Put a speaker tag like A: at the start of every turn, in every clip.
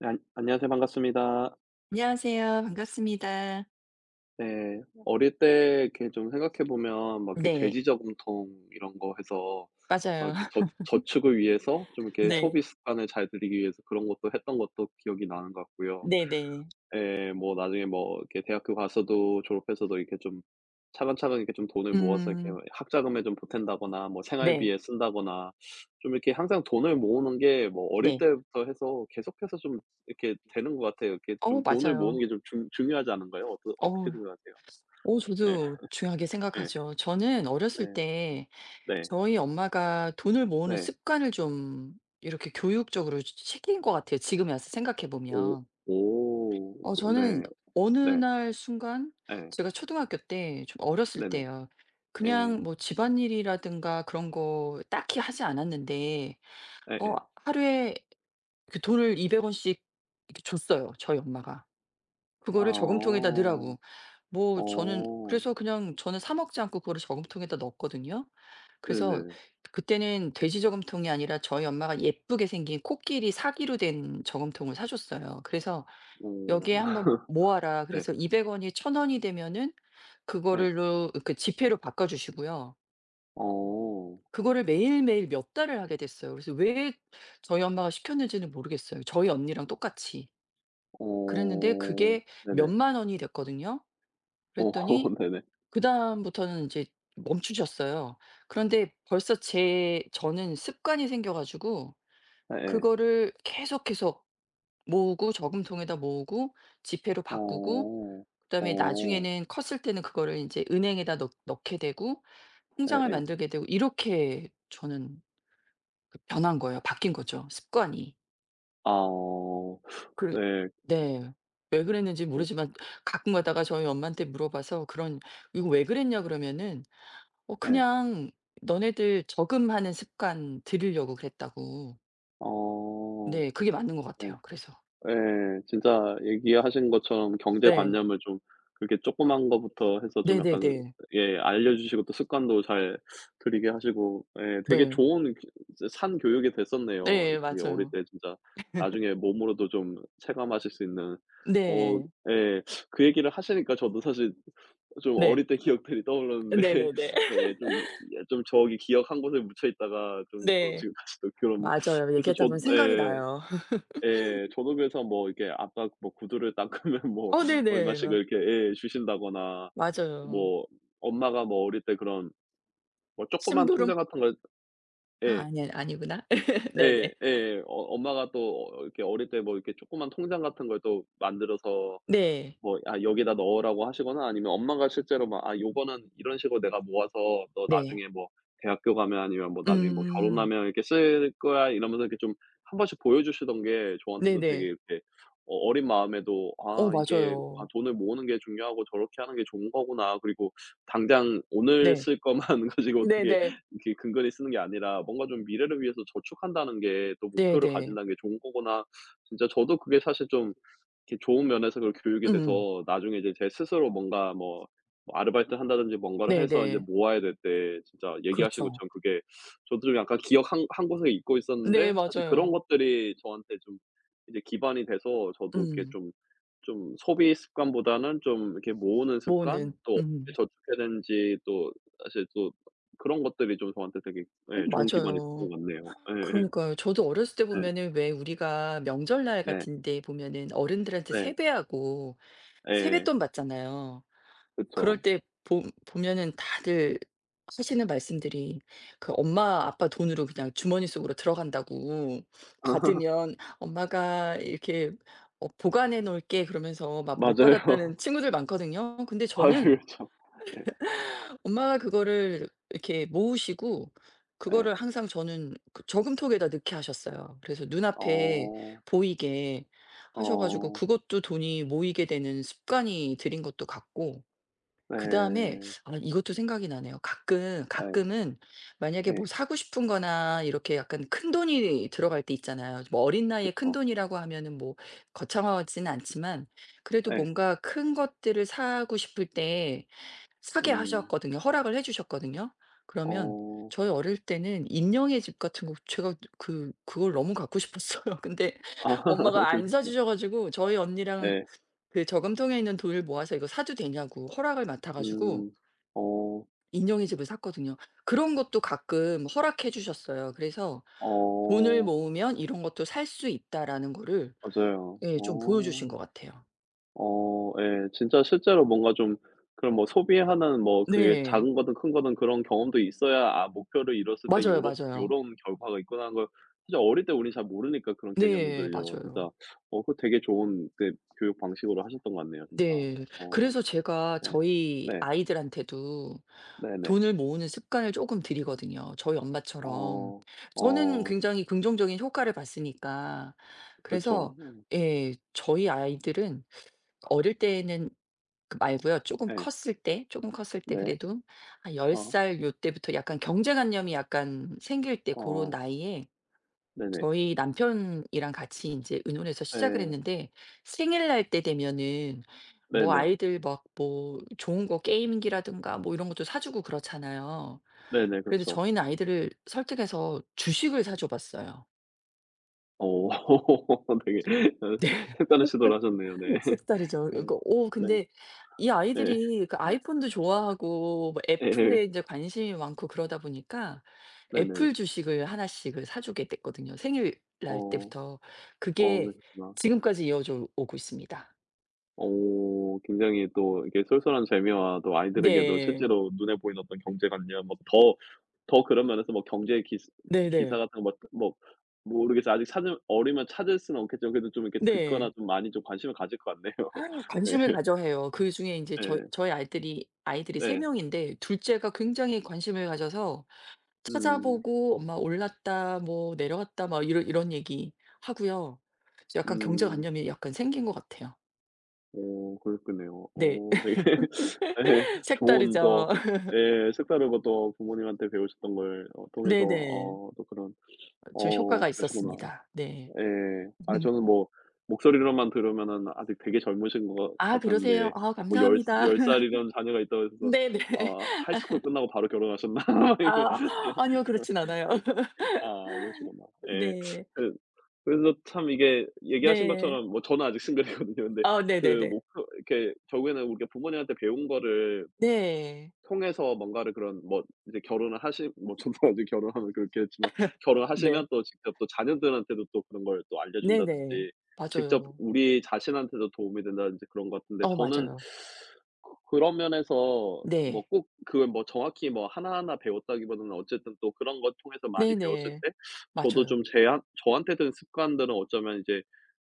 A: 네, 안 안녕하세요. 반갑습니다.
B: 안녕하세요. 반갑습니다.
A: 네. 어릴 때 이렇게 좀 생각해 보면 막 이렇게 돼지
B: 네.
A: 저금통 이런 거 해서 막
B: 맞아요.
A: 이렇게 저 저축을 위해서 좀 이렇게
B: 네.
A: 소비 습관을 잘 들이기 위해서 그런 것도 했던 것도 기억이 나는 것 같고요.
B: 네네.
A: 예. 뭐 나중에 뭐 이렇게 대학교 가서도 졸업해서도 이렇게 좀 차근차근 이렇게 좀 돈을 모아서 이렇게
B: 음.
A: 학자금에 좀 보탠다거나 뭐
B: 네.
A: 생활비에 쓴다거나 좀 이렇게 항상 돈을 모으는 게 뭐 어릴
B: 네.
A: 때부터 해서 계속해서 좀 이렇게 되는 것 같아요. 이렇게
B: 어
A: 좀 돈을 모으는
B: 맞아요.
A: 게 좀 중요하지 않은가요? 어떠 어떻게
B: 어
A: 생각하세요?
B: 어
A: 네.
B: 저도 중요하게
A: 네.
B: 생각하죠. 저는 어렸을
A: 네.
B: 때
A: 네.
B: 저희 엄마가 돈을 모으는
A: 네.
B: 습관을 좀 이렇게 교육적으로 시킨 것 같아요, 지금에 와서 생각해
A: 오.
B: 보면.
A: 오.
B: 어 저는
A: 네.
B: 어느
A: 네.
B: 날 순간
A: 네.
B: 제가 초등학교 때 좀 어렸을
A: 네네.
B: 때요
A: 네. 네.
B: 그냥 뭐 집안일이라든가 그런 거 딱히 하지 않았는데
A: 네.
B: 어
A: 네.
B: 하루에 그 돈을 200 원씩 이렇게 줬어요, 저희 엄마가. 그거를
A: 아.
B: 저금통에다 넣으라고. 뭐 저는
A: 어.
B: 그래서 그냥 저는 사 먹지 않고 그거를 저금통에다 넣었거든요. 그래서
A: 네네.
B: 그때는 돼지 저금통이 아니라 저희 엄마가 예쁘게 생긴 코끼리 사기로 된 저금통을 사 줬어요. 그래서
A: 오.
B: "여기에 한번 모아라."
A: 네.
B: 그래서 200 원이 1,000 원이 되면은
A: 네,
B: 그거를로 그 지폐로 바꿔 주시고요.
A: 어.
B: 그거를 매일매일 몇 달을 하게 됐어요. 그래서 왜 저희 엄마가 시켰는지는 모르겠어요. 저희 언니랑 똑같이. 그랬는데
A: 어.
B: 그게
A: 네네.
B: 몇만 원이 됐거든요.
A: 어.
B: 그랬더니
A: 네네.
B: 그다음부터는 인제 멈추셨어요. 그런데 벌써 제 저는 습관이 생겨 가지고
A: 예예.
B: 그거를 계속해서 모으고 저금통에다 모으고 지폐로 바꾸고
A: 어.
B: 그다음에
A: 어.
B: 나중에는 컸을 때는 그거를 인제 은행에다 넣 넣게 되고 통장을
A: 예예.
B: 만들게 되고 이렇게 저는 그 변한 거예요. 바뀐 거죠, 습관이.
A: 아, 어.
B: 그
A: 네.
B: 네. 왜 그랬는지
A: 어,
B: 모르지만 가끔 가다가 저희 엄마한테 물어봐서 그런 "이거 왜 그랬냐?" 그러면은 "어
A: 예.
B: 그냥 너네들 저금하는 습관 들이려고 그랬다."고.
A: 어.
B: 네. 그게 맞는 것
A: 예.
B: 같아요, 그래서.
A: 예. 진짜 얘기하신 것처럼
B: 네.
A: 경제관념을 좀 그렇게 조그만 거부터 해서 좀 약간,
B: 네네네.
A: 예, 알려 주시고 또 습관도 잘 들이게 하시고, 예, 되게
B: 네.
A: 좋은 그 이제 산 교육이 됐었네요.
B: 네.
A: 그게 어릴
B: 맞아요.
A: 때 진짜 나중에 몸으로도 좀 체감하실 수 있는. 어,
B: 네.
A: 예. 그 얘기를 하시니까 저도 사실 좀
B: 네.
A: 어릴 때 기억들이 떠오르는데
B: 네네네.
A: 예, 좀, 예, 좀 저기 기억 한 곳에 묻혀 있다가 좀 또
B: 네.
A: 지금까지도 그런.
B: 맞아요.
A: 그래서 저,
B: 얘기하다 보면 생각이
A: 예.
B: 나요.
A: 예. 저도 그래서 뭐 이렇게 아까 뭐 구두를 닦으면 뭐
B: 어 네네.
A: 얼마씩
B: 마
A: 이렇게, 예, 주신다거나
B: 맞아요.
A: 뭐 엄마가 뭐 어릴 때 그런 뭐 조그만
B: 심부름?
A: 통장 같은 걸.
B: 아
A: 예.
B: 아니 아니구나.
A: 예.
B: 네네.
A: 예. 어 엄마가 또 어 이렇게 어릴 때 뭐 이렇게 조그만 통장 같은 걸 또 만들어서
B: 네.
A: 뭐 "아 여기다 넣으라고 하시거나 아니면 엄마가 실제로 막 "아 요거는 이런 식으로 내가 모아서 너
B: 네.
A: 나중에 뭐 대학교 가면 아니면 뭐 나중에 뭐
B: 음.
A: 결혼하면 이렇게 쓸 거야." 이러면서 이렇게 좀 한 번씩 보여 주시던 게 저한테도 되게
B: 네네.
A: 이렇게 어 어린 마음에도
B: 어
A: '아 이게 아
B: 맞아요.
A: 돈을 모으는 게 중요하고 저렇게 하는 게 좋은 거구나.' 그리고 당장 오늘
B: 네.
A: 쓸 것만 가지고 어떻게
B: 네네.
A: 이렇게 근근히 쓰는 게 아니라 뭔가 좀 '미래를 위해서 저축한다는 게 또 목표를
B: 네네.
A: 가진다는 게 좋은 거구나.' 진짜 저도 그게 사실 좀 이렇게 좋은 면에서 그걸 교육이
B: 음음.
A: 돼서 나중에 이제 제 스스로 뭔가 뭐 뭐 아르바이트를 한다든지 뭔가를 해서 이제
B: 네네.
A: 모아야 될 때 진짜 얘기하신
B: 그렇죠.
A: 것처럼 그게 저도 좀 약간 기억 한 곳에 잊고
B: 네
A: 있었는데 사실 그런
B: 맞아요.
A: 것들이 저한테 좀 이제 기반이 돼서 저도 이렇게
B: 음.
A: 좀 좀 소비 습관보다는 좀 이렇게 모으는 습관
B: 모으는.
A: 또 어떻게
B: 음.
A: 저축해야 되는지 또 사실 또 그런 것들이 좀 저한테 되게,
B: 어
A: 예, 좋은 기반이 됐던
B: 맞아요.
A: 것 같네요. 예예.
B: 그러니까요. 저도 어렸을 때
A: 예.
B: 보면은 왜 우리가 명절날
A: 예, 네.
B: 같은 데 보면은 어른들한테
A: 네.
B: 세배하고
A: 예.
B: 세뱃돈 받잖아요. 그럴
A: 그쵸.
B: 때 보 보면은 다들 하시는 말씀들이 그 엄마 아빠 돈으로 그냥 주머니 속으로 들어간다고. "받으면 엄마가 이렇게 어 보관해 놓을게." 그러면서 막 못
A: 맞아요.
B: 받았다는 친구들 많거든요. 근데
A: 아유,
B: 저는
A: 그렇죠. 네.
B: 엄마가 그거를 이렇게 모으시고
A: 예.
B: 그거를 항상 저는 그 저금통에다 넣게 하셨어요. 그래서 눈앞에
A: 어.
B: 보이게 하셔 가지고
A: 어.
B: 그것도 돈이 모이게 되는 습관이 들인 것도 같고
A: 네.
B: 그다음에 아 이것도 생각이 나네요. 가끔
A: 에,
B: 가끔은 만약에 뭐
A: 예.
B: 사고 싶은 거나 이렇게 약간 큰돈이 들어갈 때 있잖아요. 뭐 어린 나이에
A: 그쵸.
B: 큰돈이라고 하면은 뭐 거창하진 않지만 그래도
A: 예.
B: 뭔가 큰 것들을 사고 싶을 때 사게
A: 음.
B: 하셨거든요. 허락을 해 주셨거든요. 그러면
A: 어.
B: 저희 어릴 때는 인형의 집 같은 거 제가 그 그걸 너무 갖고 싶었어요. 근데
A: 아,
B: 엄마가 안 사
A: 그러셨구나.
B: 주셔 가지고 저희 언니랑
A: 예.
B: 그 저금통에 있는 돈을 모아서 이거 사도 되냐고 허락을 맡아 가지고
A: 음. 어.
B: 인형의 집을 샀거든요. 그런 것도 가끔 허락해 주셨어요. 그래서 돈을
A: 어.
B: 모으면 이런 것도 살 수 있다라는 거를
A: 맞아요.
B: 예 좀 보여주신 것
A: 어.
B: 같아요.
A: 어, 예. 진짜 실제로 뭔가 좀 그런 뭐 소비하는 뭐 그게
B: 네.
A: 작은 거든 큰 거든 그런 경험도 있어야 '아 목표를 이뤘을 때 요
B: 맞아요,
A: 런
B: 맞아요.
A: 요런 결과가 있구나.' 하는 걸 사실 어릴 때 우린 잘 모르니까 그런
B: 네
A: 개념들을요. 진짜
B: 맞아요.
A: 어 그거 되게 좋은 그 교육 방식으로 하셨던 것 같네요 진짜.
B: 네.
A: 어,
B: 그래서 제가
A: 네.
B: 저희
A: 네.
B: 아이들한테도
A: 네네.
B: 돈을 모으는 습관을 조금 들이거든요, 저희 엄마처럼.
A: 어.
B: 저는
A: 어,
B: 굉장히 긍정적인 효과를 봤으니까.
A: 그렇죠.
B: 그래서
A: 음,
B: 예 저희 아이들은 어릴 때는 그 말고요. 조금
A: 예.
B: 컸을 때 조금 컸을 때
A: 네.
B: 그래도 한 10
A: 어.
B: 살 요때부터 약간 경제관념이 약간 생길 때 고런
A: 어.
B: 나이에
A: 네네.
B: 저희 남편이랑 같이 이제 의논해서 시작을
A: 네,
B: 했는데 생일날 때 되면은 뭐
A: 네네.
B: 아이들 막 뭐 좋은 거 게임기라든가 뭐 이런 것도 사 주고 그렇잖아요.
A: 네네.
B: 그래서
A: 그렇죠.
B: 저희는 아이들을 설득해서 주식을 사줘 봤어요.
A: 어 되게 어
B: 네.
A: 색다른 시도를 하셨네요. 네.
B: 색다르죠.
A: 네.
B: 그러니까 오,
A: 네.
B: 근데 이
A: 네.
B: 아이들이 그 아이폰도 좋아하고 뭐
A: 예,
B: 애플에 이제 관심이 많고 그러다 보니까
A: 네네.
B: 애플 주식을 하나씩을 사주게 됐거든요, 생일날
A: 어.
B: 때부터.
A: 어,
B: 그게
A: 그러셨구나.
B: 지금까지 이어져 오고 있습니다.
A: 어 굉장히 또 이렇게 쏠쏠한 재미와 또 아이들에게도
B: 네.
A: 실제로 눈에 보이는 어떤 경제관념 뭐 더 더 그런 면에서 뭐 경제 기 기사
B: 네네.
A: 같은 거 뭐 뭐, 모르겠어요. 아직 찾 어리면 찾을 수는 없겠지만 그래도 좀 이렇게 듣거나
B: 네.
A: 좀 많이 좀 관심을 가질 것 같네요.
B: 아유, 관심을
A: 네.
B: 가져 해요. 그중에 이제 저희
A: 네,
B: 저희 아이들이 3
A: 네.
B: 명인데 둘 째가 굉장히 관심을 가져서
A: 음.
B: 찾아보고 엄마 올랐다 뭐 내려왔다 막 이런 얘기 하고요. 그래서 약간
A: 음.
B: 경제관념이 약간 생긴 것 같아요.
A: 어, 그랬겠네요.
B: 네.
A: 어 되게 예, 좋은 또,
B: 색다르죠.
A: 예, 색다르고 또 부모님한테 배우셨던 걸 어 통해서
B: 네네.
A: 어 또 그런
B: 좀
A: 어,
B: 효과가
A: 그러시구나.
B: 있었습니다. 네.
A: 예. 아 저는 뭐 목소리로만 들으면은 아직 되게 젊으신 것
B: 아 그러세요?
A: 같았는데
B: 아
A: 뭐
B: 감사합니다.
A: 10살 이런 자녀가 있다고 해서
B: 네네.
A: '아 하이스쿨 끝나고 바로 결혼하셨나?' 막 이런,
B: 아
A: 예.
B: 아니요. 그렇진 않아요.
A: 예. 아, 그러시구나. 예.
B: 네.
A: 그 그래서 참 이게 얘기하신
B: 네.
A: 것처럼 뭐 저는 아직 싱글이거든요. 근데
B: 아
A: 그
B: 네네네.
A: 목표 이렇게 결국에는 우리가 부모님한테 배운 거를
B: 네.
A: 통해서 뭔가를 그런 뭐 이제 결혼을 하시 뭐 저도 아직 결혼하면 그렇게 했지만
B: 네.
A: 결혼하시면 또 직접 또 자녀들한테도 또 그런 걸 또
B: 네네.
A: 알려준다든지 직접
B: 맞아요.
A: 우리 자신한테도 도움이 된다든지 그런 것 같은데,
B: 어
A: 저는
B: 맞아요.
A: 그 그런 면에서 뭐
B: 네.
A: 꼭 그 뭐 정확히 뭐 하나하나 배웠다기보다는 어쨌든 또 그런 것 통해서 많이 배웠을
B: 네네.
A: 때 저도
B: 맞아요.
A: 좀 제한 저한테 든 습관들은 어쩌면 이제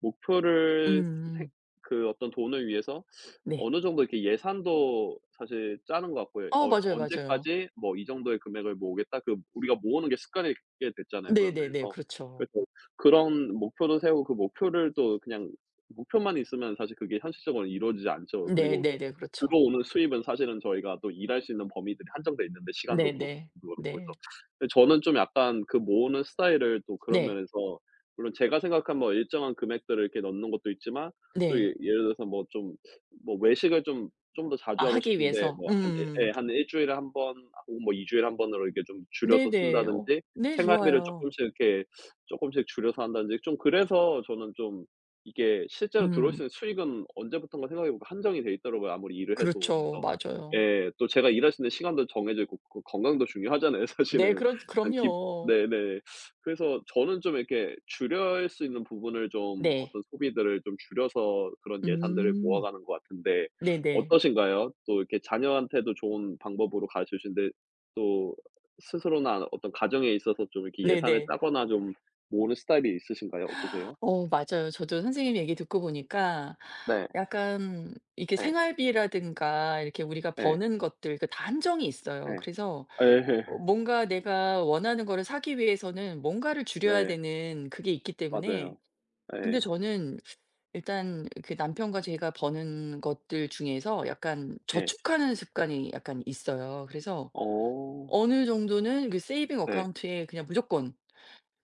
A: 목표를 생
B: 음음.
A: 그 어떤 돈을 위해서
B: 네.
A: 어느 정도 이렇게 예산도 사실 짜는 것 같고요.
B: 어
A: 어
B: 맞아요, 맞아요.
A: '언제까지 뭐 이 정도의 금액을 모으겠다.' 그 우리가 모으는 게 습관이 게 됐잖아요,
B: 네네네.
A: 그러면서.
B: 그렇죠.
A: 그래서 그런 목표도 세우고 그 목표를 또 그냥 목표만 있으면 사실 그게 현실적으로 이루어지지 않죠. 그리고
B: 네네네. 그렇죠.
A: 들어오는 수입은 사실은 저희가 또 일할 수 있는 범위들이 한정돼 있는데, 시간도 그렇고
B: 네네.
A: 그렇고
B: 네.
A: 해서. 근데 저는 좀 약간 그 모으는 스타일을 또 그런
B: 네.
A: 면에서 물론 제가 생각한 뭐 일정한 금액들을 이렇게 넣는 것도 있지만 또 예,
B: 네.
A: 예를 들어서 뭐 좀 뭐 외식을 좀 좀 더 자주
B: 아
A: 하고
B: 하기
A: 싶은데
B: 위해서.
A: 뭐 한 예 예
B: 음.
A: 한 일 주일에 한 번 혹은 뭐 2 주일에 한 번으로 이렇게 좀 줄여서
B: 네네. 어
A: 쓴다든지
B: 네
A: 생활비를
B: 좋아요.
A: 쪼끔씩 이렇게 쪼끔씩 줄여서 한다든지 좀 그래서 저는 좀 이게 실제로 들어올 수
B: 음.
A: 있는 수익은 언제부턴가 생각해 보니까 한정이 돼 있더라고요, 아무리 일을 해도.
B: 그렇죠.
A: 그래서,
B: 맞아요.
A: 예, 또 제가 일할 수 있는 시간도 정해져 있고 그 건강도 중요하잖아요,
B: 네.
A: 사실은.
B: 그럼
A: 그냥 기
B: 그럼요.
A: 네네. 그래서 저는 좀 이렇게 줄일 수 있는 부분을 좀
B: 네.
A: 어떤 소비들을 좀 줄여서 그런 예산들을
B: 음.
A: 모아가는 것 같은데
B: 네네.
A: 어떠신가요? 또 이렇게 자녀한테도 좋은 방법으로 가르쳐 주시는데 또 스스로나 어떤 가정에 있어서 좀 이렇게 예산을
B: 네네.
A: 짜거나 좀 모으는 스타일이 있으신가요? 어떠세요?
B: 어 맞아요. 저도 선생님 얘기 듣고 보니까
A: 네.
B: 약간 이게
A: 예.
B: 생활비라든가 이렇게 우리가
A: 예.
B: 버는 것들 그 다 한정이 있어요.
A: 예.
B: 그래서
A: 예.
B: 어 뭔가 내가 원하는 거를 사기 위해서는 뭔가를 줄여야
A: 네.
B: 되는 그게 있기 때문에
A: 맞아요. 예.
B: 근데 저는 일단 그 남편과 제가 버는 것들 중에서 약간
A: 예.
B: 저축하는 습관이 약간 있어요. 그래서
A: 어.
B: 어느 정도는 그 세이빙
A: 네.
B: 어카운트에 그냥 무조건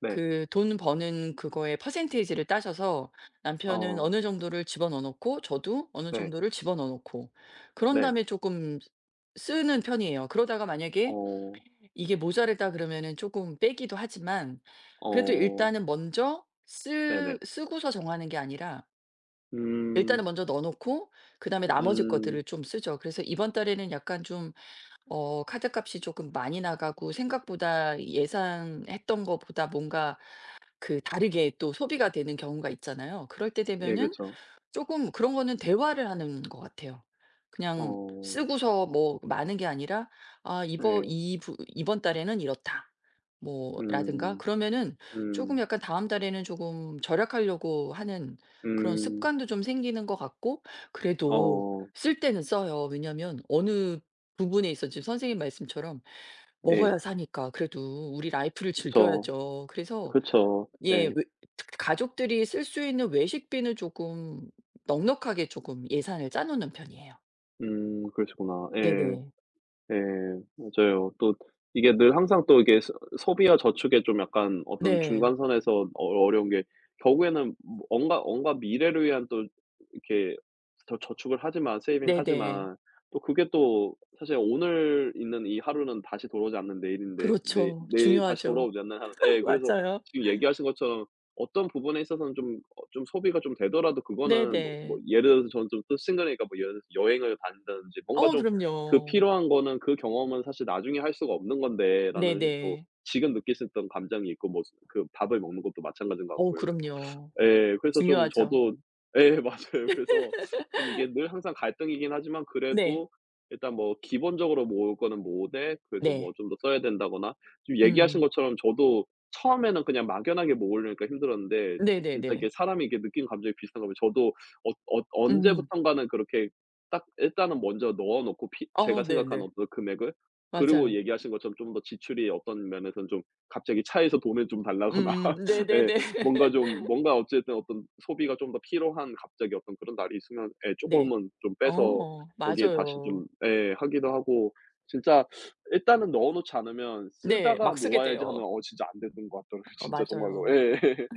A: 네.
B: 그 돈 버는 그거의 퍼센이지를 따져서 남편은
A: 어.
B: 어느 정도를 집어넣어 놓고 저도 어느
A: 네.
B: 정도를 집어넣어 놓고 그런
A: 네.
B: 다음에 조금 쓰는 편이에요. 그러다가 만약에
A: 어.
B: 이게 모자르다 그러면은 조금 빼기도 하지만 그래도
A: 어.
B: 일단은 먼저
A: 네네.
B: 쓰 쓰고서 정하는 게 아니라
A: 음.
B: 일단은 먼저 넣어 놓고 그다음에 나머지
A: 음.
B: 것들을 좀 쓰죠. 그래서 이번 달에는 약간 좀 어 카드값이 조금 많이 나가고 생각보다 예상했던 것보다 뭔가 그 다르게 또 소비가 되는 경우가 있잖아요. 그럴 때
A: 예.
B: 되면은
A: 그쵸.
B: 조금 그런 거는 대화를 하는 것 같아요. 그냥
A: 어.
B: 쓰고서 뭐 많은 게 아니라 "아 이번
A: 예.
B: 이 부 이번 달에는 이렇다." 뭐 라든가
A: 음.
B: 그러면은 조금
A: 음.
B: 약간 다음 달에는 조금 절약하려고 하는 그런
A: 음.
B: 습관도 좀 생기는 것 같고 그래도
A: 어.
B: 쓸 때는 써요. 왜냐면 어느 부분에 있어 지금 선생님 말씀처럼
A: 예.
B: 먹어야 사니까 그래도 우리 라이프를
A: 그쵸.
B: 즐겨야죠. 그래서
A: 그쵸.
B: 예.
A: 예.
B: 외 가족들이 쓸 수 있는 외식비는 조금 넉넉하게 조금 예산을 짜 놓는 편이에요.
A: 음. 그러시구나. 예.
B: 네네.
A: 네, 맞아요. 또 이게 늘 항상 또 이게 소 소비와 저축의 좀 약간 어떤
B: 네.
A: 중간선에서 어 어려운 게 결국에는 뭔가 뭔가 미래를 위한 또 이렇게 저축을 하지만 세이빙
B: 네네.
A: 하지만 또 그게 또 사실 오늘 있는 이 하루는 다시 돌아오지 않는 내일인데 내
B: 그렇죠.
A: 내일 다시
B: 중요하죠.
A: 돌아오지 않는 하루, 예, 그래서
B: 맞아요.
A: 지금 얘기하신 것처럼 어떤 부분에 있어서는 좀 어 좀 소비가 좀 되더라도 그거는 뭐 뭐
B: 네네.
A: 예를 들어서 저는 좀또 싱글이니까 뭐 예를 들어서 여행을 다닌다든지 뭔가
B: 어
A: 좀 그
B: 그럼요.
A: 필요한 거는 그 경험은 사실 나중에 할 수가 없는 건데라는 또
B: 네네.
A: 지금 느낄 수 있던 감정이 있고 뭐 그 밥을 먹는 것도 마찬가지인 것
B: 어
A: 같고요. 그래서,
B: 그럼요.
A: 예, 그래서 좀
B: 중요하죠.
A: 저도 예, 맞아요. 그래서 좀 이게 늘 항상 갈등이긴 하지만
B: 네.
A: 그래도 일단 뭐 기본적으로 모을 거는 모으되 그래도 뭐
B: 네.
A: 좀 더 써야 된다거나 지금 얘기하신
B: 음.
A: 것처럼 저도 처음에는 그냥 막연하게 모으려니까 힘들었는데 진 진짜
B: 네네네.
A: 이렇게 사람이 이렇게 느낀 감정이 비슷한 거면 저도 어 어
B: 음.
A: 언제부턴가는 그렇게 딱 일단은 먼저 넣어 놓고 피 제가
B: 어
A: 생각한
B: 네네.
A: 어떤 금액을 그리고
B: 맞아요.
A: 얘기하신 것처럼 좀 더 지출이 어떤 면에서는 좀 갑자기 차에서 돈을 좀 달라거나
B: 음음.
A: 예
B: 네네네.
A: 뭔가 좀 뭔가 어쨌든 어떤 소비가 좀 더 필요한 갑자기 어떤 그런 날이 있으면, 예,
B: 네.
A: 쪼끔은 좀 빼서
B: 어
A: 거기에 다시 좀,
B: 맞아요.
A: 예, 하기도 하고 진짜 일단은 넣어 놓지 않으면
B: 네.
A: '쓰다가
B: 막 쓰게
A: 모아야지.' 하면
B: 돼요.
A: 어 진짜 안 되는 것 같더라고요
B: 어
A: 진짜 정말로.
B: 맞아요.
A: 예.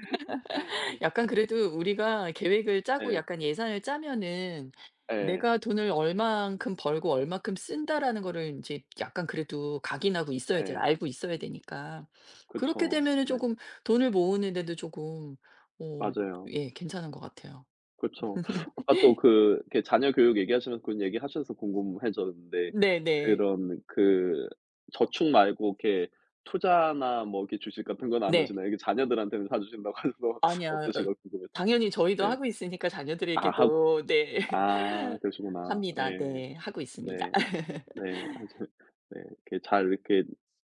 B: 약간 그래도 우리가 계획을 짜고
A: 예.
B: 약간 예산을 짜면은
A: 예.
B: '내가 돈을 얼만큼 벌고 얼만큼 쓴다.'라는 거를 이제 약간 그래도 각인하고 있어야 돼
A: 예.
B: 알고 있어야 되니까. 그렇게
A: 그쵸.
B: 되면은
A: 네.
B: 조금 돈을 모으는 데도 조금 어
A: 맞아요.
B: 예 괜찮은 것 같아요.
A: 그쵸. 아까 또 그 이렇게 자녀 교육 얘기하시면서 그런 얘기하셔서 궁금해졌는데
B: 네네.
A: 그런 그 저축 말고 이렇게 투자나 뭐 이렇게 주식 같은 건 안
B: 네.
A: 하시나요? 이게 자녀들한테는 사 주신다고 하셔서
B: 아니야. 어
A: 어떠신가 궁금해서.
B: 당연히 저희도
A: 네.
B: 하고 있으니까
A: 아 하고
B: 자녀들에게도 네.
A: 아, 그러시구나.
B: 합니다.
A: 예.
B: 네. 하고
A: 네.
B: 있습니다.
A: 아, 네. 아주, 네. 이렇게 잘 이렇게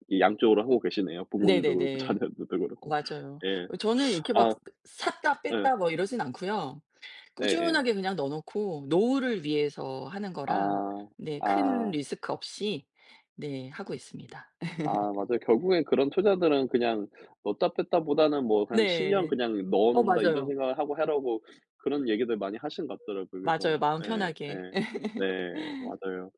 A: 이 양쪽으로 하고 계시네요. 부모님도 그렇고
B: 네네네.
A: 자녀들도 그렇고.
B: 맞아요.
A: 예.
B: 어 저는 이렇게 막
A: 아.
B: 샀다
A: 예.
B: 뺐다 뭐 이러진 않고요.
A: 예예.
B: 꾸준하게 그냥 넣어 놓고 노후를 위해서 하는 거라
A: 아.
B: 네 큰
A: 아.
B: 리스크 없이 네 하고 있습니다.
A: 아, 맞아요. 결국엔 그런 투자들은 그냥 넣다 뺐다 보다는 뭐 한 10년
B: 네.
A: 그냥 넣어
B: 어
A: 놓는다 이런
B: 맞아요.
A: 생각을 하고 하라고 그런 얘기들 많이 하신 것 같더라고요.
B: 맞아요.
A: 그래서
B: 마음
A: 예
B: 편하게.
A: 예. 네 맞아요.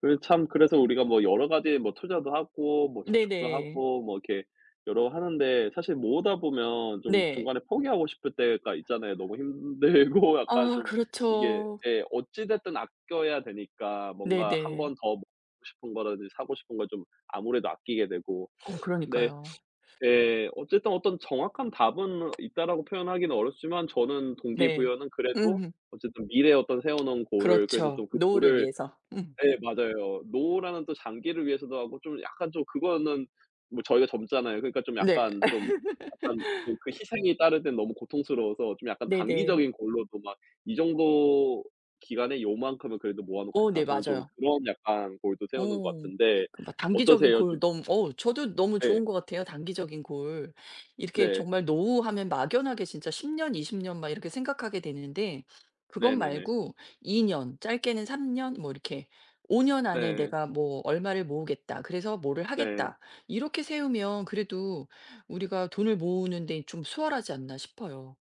A: 그래서 참 그래서 우리가 뭐 여러 가지 뭐 투자도 하고 뭐 저축도
B: 네네.
A: 하고 뭐 이렇게 여러 하는데 사실 모으다 보면 좀
B: 네.
A: 중간에 포기하고 싶을 때가 있잖아요. 너무 힘들고 약간
B: 아
A: 좀 이게
B: 그렇죠.
A: 예 어찌 됐든 아껴야 되니까 뭔가 한
B: 네네.
A: 번 더 먹고 싶은 거라든지 사고 싶은 걸 좀 아무래도 아끼게 되고
B: 어
A: 근데,
B: 그러니까요.
A: 예, 어쨌든 어떤 정확한 답은 있다라고 표현하기는 어렵지만 저는
B: 네.
A: 동기부여는 그래도
B: 음.
A: 어쨌든 미래에 어떤 세워 놓은 goal을 그래서
B: 그렇죠.
A: 좀 그
B: 노후를
A: goal을
B: 위해서. 음.
A: 예, 맞아요. 노라는 또 장기를 위해서도 하고 좀 약간 좀 그거는 뭐 저희가 젊잖아요. 그러니까 좀
B: 네.
A: 약간 좀 약간 좀 그 희생이 따르면 너무 고통스러워서 좀 약간
B: 네네.
A: 단기적인 골로도 막 '이 정도 기간에 요만큼은 그래도 모아
B: 어
A: 놓겠다.'
B: 네
A: 저는 좀
B: 맞아요.
A: 그런 약간 골도 세우는 것
B: 어.
A: 같은데
B: 그 막 단기적인
A: 어떠세요? 좀
B: 골 너무 어 저도 너무
A: 네.
B: 좋은 것 같아요 단기적인 골. 이렇게
A: 네.
B: 정말 노후 하면 막연하게 진짜 10 년, 20 년 막 이렇게 생각하게 되는데 그것
A: 네네네.
B: 말고 2 년, 짧게는 3 년 뭐 이렇게 '5 년 안에
A: 네.
B: 내가 뭐 얼마를 모으겠다. 그래서 뭐를
A: 네.
B: 하겠다.' 이렇게 세우면 그래도 우리가 돈을 모으는 데 좀 수월하지 않나 싶어요.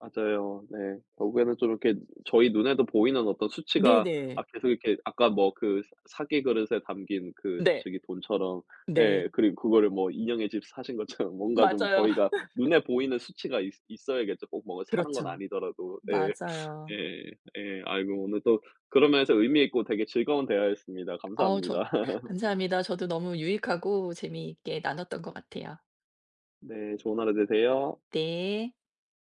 A: 맞아요. 네. 결국에는 좀 이렇게 저희 눈에도 보이는 어떤 수치가 아
B: 네네.
A: 계속 이렇게 아까 뭐 그 사기 그릇에 담긴 그
B: 네.
A: 저기 돈처럼,
B: 네.
A: 예, 그리고 그거를 뭐 인형의 집 사신 것처럼 뭔가 좀
B: 맞아요.
A: 저희가 눈에 보이는 수치가 있 있어야겠죠. 꼭 뭐 사는 건
B: 그렇죠.
A: 아니더라도. 예. 예.
B: 맞아요.
A: 예. 아이고 오늘 또 그런 면에서 의미 있고 되게 즐거운 대화였습니다.
B: 어 저
A: 감사합니다.
B: 감사합니다. 저도 너무 유익하고 재미있게 나눴던 것 같아요.
A: 네. 좋은 하루 되세요.
B: 네.